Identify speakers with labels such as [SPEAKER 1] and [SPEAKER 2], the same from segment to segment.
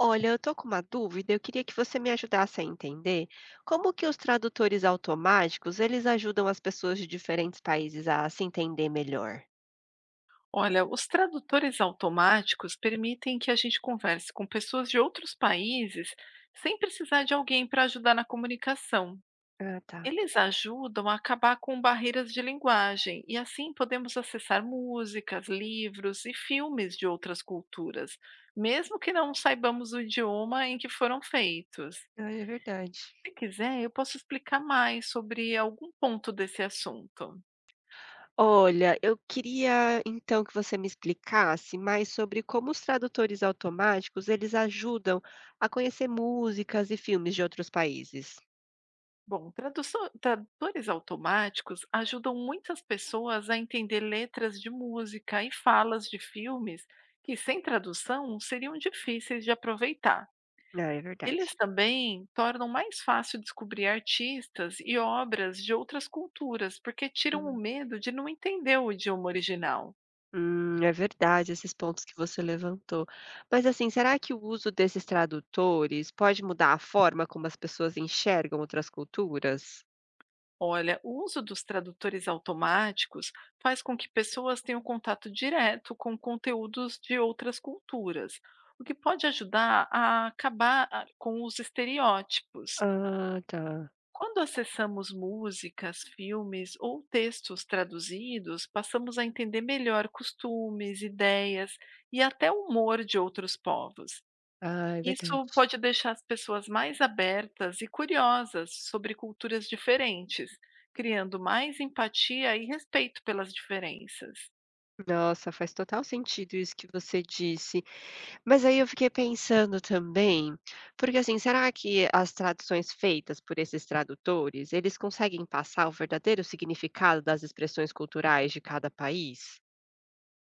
[SPEAKER 1] Olha, eu tô com uma dúvida, eu queria que você me ajudasse a entender como que os tradutores automáticos, eles ajudam as pessoas de diferentes países a se entender melhor.
[SPEAKER 2] Olha, os tradutores automáticos permitem que a gente converse com pessoas de outros países sem precisar de alguém para ajudar na comunicação.
[SPEAKER 1] Ah, tá.
[SPEAKER 2] Eles ajudam a acabar com barreiras de linguagem e assim podemos acessar músicas, livros e filmes de outras culturas, mesmo que não saibamos o idioma em que foram feitos.
[SPEAKER 1] Ah, é verdade.
[SPEAKER 2] Se quiser, eu posso explicar mais sobre algum ponto desse assunto.
[SPEAKER 1] Olha, eu queria então que você me explicasse mais sobre como os tradutores automáticos, eles ajudam a conhecer músicas e filmes de outros países.
[SPEAKER 2] Bom, tradutores automáticos ajudam muitas pessoas a entender letras de música e falas de filmes que, sem tradução, seriam difíceis de aproveitar.
[SPEAKER 1] Ah, é
[SPEAKER 2] Eles
[SPEAKER 1] verdade.
[SPEAKER 2] também tornam mais fácil descobrir artistas e obras de outras culturas, porque tiram o medo de não entender o idioma original.
[SPEAKER 1] É verdade esses pontos que você levantou. Mas assim, será que o uso desses tradutores pode mudar a forma como as pessoas enxergam outras culturas?
[SPEAKER 2] Olha, o uso dos tradutores automáticos faz com que pessoas tenham contato direto com conteúdos de outras culturas, o que pode ajudar a acabar com os estereótipos.
[SPEAKER 1] Ah, tá.
[SPEAKER 2] Quando acessamos músicas, filmes ou textos traduzidos, passamos a entender melhor costumes, ideias e até o humor de outros povos.
[SPEAKER 1] Ah, é verdade.
[SPEAKER 2] Isso pode deixar as pessoas mais abertas e curiosas sobre culturas diferentes, criando mais empatia e respeito pelas diferenças.
[SPEAKER 1] Nossa, faz total sentido isso que você disse. Mas aí eu fiquei pensando também, porque assim, será que as traduções feitas por esses tradutores, eles conseguem passar o verdadeiro significado das expressões culturais de cada país?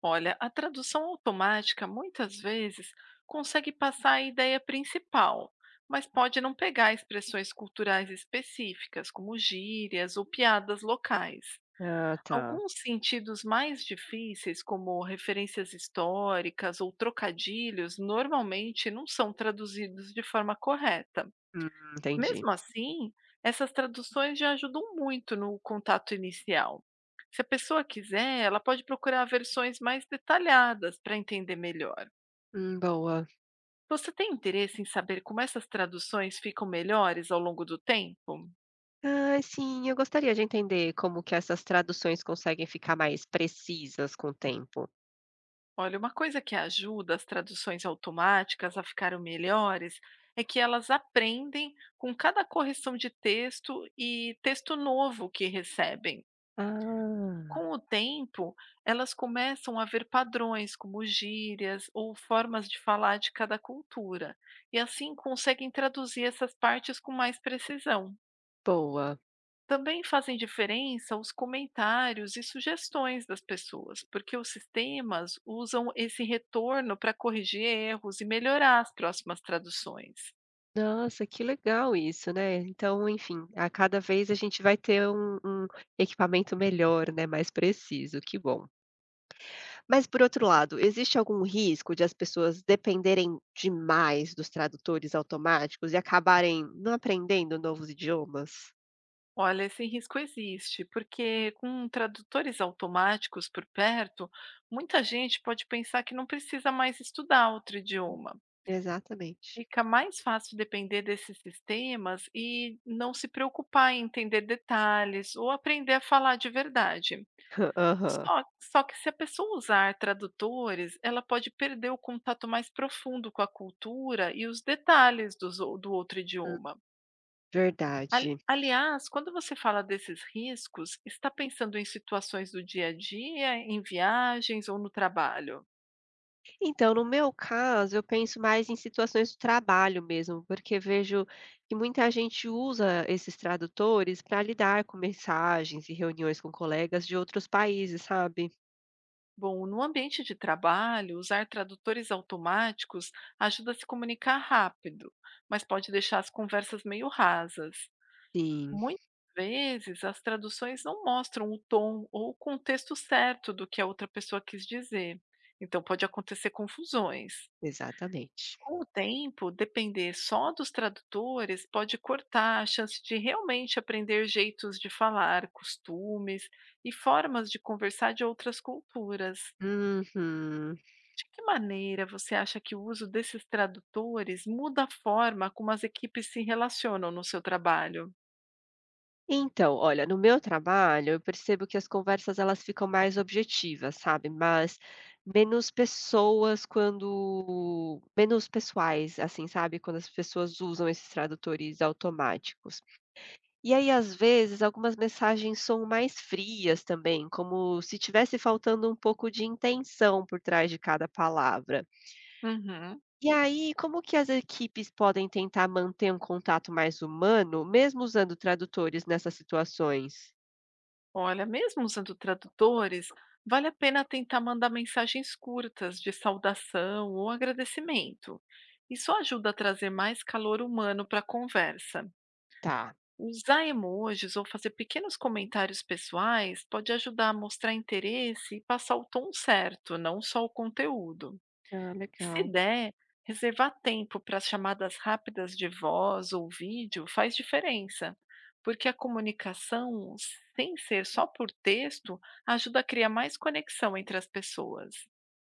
[SPEAKER 2] Olha, a tradução automática muitas vezes consegue passar a ideia principal, mas pode não pegar expressões culturais específicas, como gírias ou piadas locais.
[SPEAKER 1] Ah, tá.
[SPEAKER 2] Alguns sentidos mais difíceis, como referências históricas ou trocadilhos, normalmente não são traduzidos de forma correta.
[SPEAKER 1] Hum, entendi.
[SPEAKER 2] Mesmo assim, essas traduções já ajudam muito no contato inicial. Se a pessoa quiser, ela pode procurar versões mais detalhadas para entender melhor.
[SPEAKER 1] Boa.
[SPEAKER 2] Você tem interesse em saber como essas traduções ficam melhores ao longo do tempo?
[SPEAKER 1] Ai, sim, eu gostaria de entender como que essas traduções conseguem ficar mais precisas com o tempo.
[SPEAKER 2] Olha, uma coisa que ajuda as traduções automáticas a ficarem melhores é que elas aprendem com cada correção de texto e texto novo que recebem.
[SPEAKER 1] Ah,
[SPEAKER 2] Com o tempo, elas começam a ver padrões, como gírias ou formas de falar de cada cultura, e assim conseguem traduzir essas partes com mais precisão.
[SPEAKER 1] boa.
[SPEAKER 2] Também fazem diferença os comentários e sugestões das pessoas, porque os sistemas usam esse retorno para corrigir erros e melhorar as próximas traduções.
[SPEAKER 1] Nossa, que legal isso, né? Então, enfim, a cada vez a gente vai ter um equipamento melhor, né? Mais preciso, que bom. Mas, por outro lado, existe algum risco de as pessoas dependerem demais dos tradutores automáticos e acabarem não aprendendo novos idiomas?
[SPEAKER 2] Olha, esse risco existe, porque com tradutores automáticos por perto, muita gente pode pensar que não precisa mais estudar outro idioma.
[SPEAKER 1] Exatamente.
[SPEAKER 2] Fica mais fácil depender desses sistemas e não se preocupar em entender detalhes ou aprender a falar de verdade.
[SPEAKER 1] Aham.
[SPEAKER 2] Só que se a pessoa usar tradutores, ela pode perder o contato mais profundo com a cultura e os detalhes dos ou do outro
[SPEAKER 1] Hum,
[SPEAKER 2] idioma.
[SPEAKER 1] verdade.
[SPEAKER 2] Aliás, quando você fala desses riscos, está pensando em situações do dia a dia, em viagens ou no trabalho?
[SPEAKER 1] Então, no meu caso, eu penso mais em situações de trabalho mesmo, porque vejo que muita gente usa esses tradutores para lidar com mensagens e reuniões com colegas de outros países, sabe?
[SPEAKER 2] Bom, no ambiente de trabalho, usar tradutores automáticos ajuda a se comunicar rápido, mas pode deixar as conversas meio rasas.
[SPEAKER 1] Sim,
[SPEAKER 2] Muitas vezes as traduções não mostram o tom ou o contexto certo do que a outra pessoa quis dizer, então pode acontecer confusões.
[SPEAKER 1] exatamente.
[SPEAKER 2] Com o tempo, depender só dos tradutores pode cortar a chance de realmente aprender jeitos de falar, costumes e formas de conversar de outras culturas.
[SPEAKER 1] Uhum.
[SPEAKER 2] De que maneira você acha que o uso desses tradutores muda a forma como as equipes se relacionam no seu trabalho?
[SPEAKER 1] Então, olha, no meu trabalho, eu percebo que as conversas elas ficam mais objetivas, sabe? Mas menos pessoais, assim, sabe? Quando as pessoas usam esses tradutores automáticos. E aí, às vezes, algumas mensagens são mais frias também, como se tivesse faltando um pouco de intenção por trás de cada palavra.
[SPEAKER 2] Uhum.
[SPEAKER 1] E aí, como que as equipes podem tentar manter um contato mais humano, mesmo usando tradutores nessas situações?
[SPEAKER 2] Olha, mesmo usando tradutores, vale a pena tentar mandar mensagens curtas de saudação ou agradecimento. Isso ajuda a trazer mais calor humano para a conversa.
[SPEAKER 1] Tá.
[SPEAKER 2] Usar emojis ou fazer pequenos comentários pessoais pode ajudar a mostrar interesse e passar o tom certo, não só o conteúdo.
[SPEAKER 1] Ah,
[SPEAKER 2] Se
[SPEAKER 1] legal.
[SPEAKER 2] der, reservar tempo para as chamadas rápidas de voz ou vídeo faz diferença, porque a comunicação, sem ser só por texto, ajuda a criar mais conexão entre as pessoas.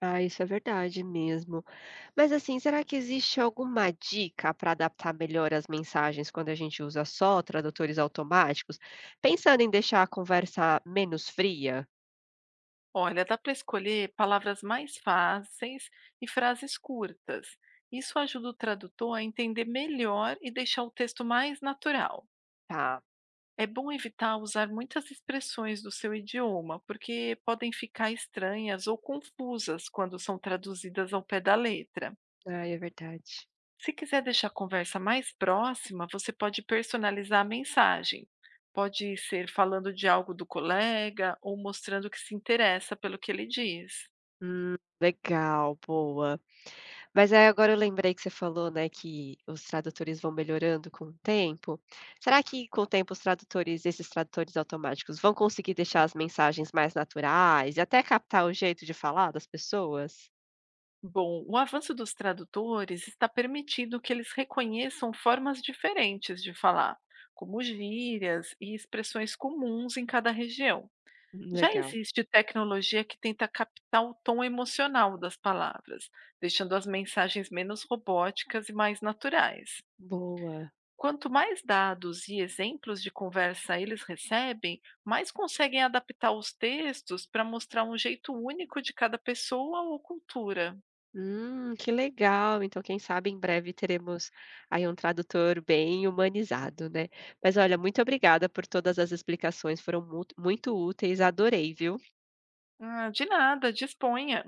[SPEAKER 1] Ah, isso é verdade mesmo. Mas assim, será que existe alguma dica para adaptar melhor as mensagens quando a gente usa só tradutores automáticos, pensando em deixar a conversa menos fria?
[SPEAKER 2] Olha, dá para escolher palavras mais fáceis e frases curtas. Isso ajuda o tradutor a entender melhor e deixar o texto mais natural.
[SPEAKER 1] Tá.
[SPEAKER 2] É bom evitar usar muitas expressões do seu idioma, porque podem ficar estranhas ou confusas quando são traduzidas ao pé da letra.
[SPEAKER 1] Ai, é verdade.
[SPEAKER 2] Se quiser deixar a conversa mais próxima, você pode personalizar a mensagem. Pode ser falando de algo do colega ou mostrando que se interessa pelo que ele diz.
[SPEAKER 1] Legal, boa. Mas aí agora eu lembrei que você falou, né, que os tradutores vão melhorando com o tempo. Será que com o tempo os tradutores, esses tradutores automáticos, vão conseguir deixar as mensagens mais naturais e até captar o jeito de falar das pessoas?
[SPEAKER 2] Bom, o avanço dos tradutores está permitindo que eles reconheçam formas diferentes de falar, como gírias e expressões comuns em cada região. Já
[SPEAKER 1] Legal,
[SPEAKER 2] existe tecnologia que tenta captar o tom emocional das palavras, deixando as mensagens menos robóticas e mais naturais.
[SPEAKER 1] boa.
[SPEAKER 2] Quanto mais dados e exemplos de conversa eles recebem, mais conseguem adaptar os textos para mostrar um jeito único de cada pessoa ou cultura.
[SPEAKER 1] Que legal. Então, quem sabe em breve teremos aí um tradutor bem humanizado, né? Mas olha, muito obrigada por todas as explicações, foram muito úteis, adorei, viu?
[SPEAKER 2] Ah, de nada, disponha.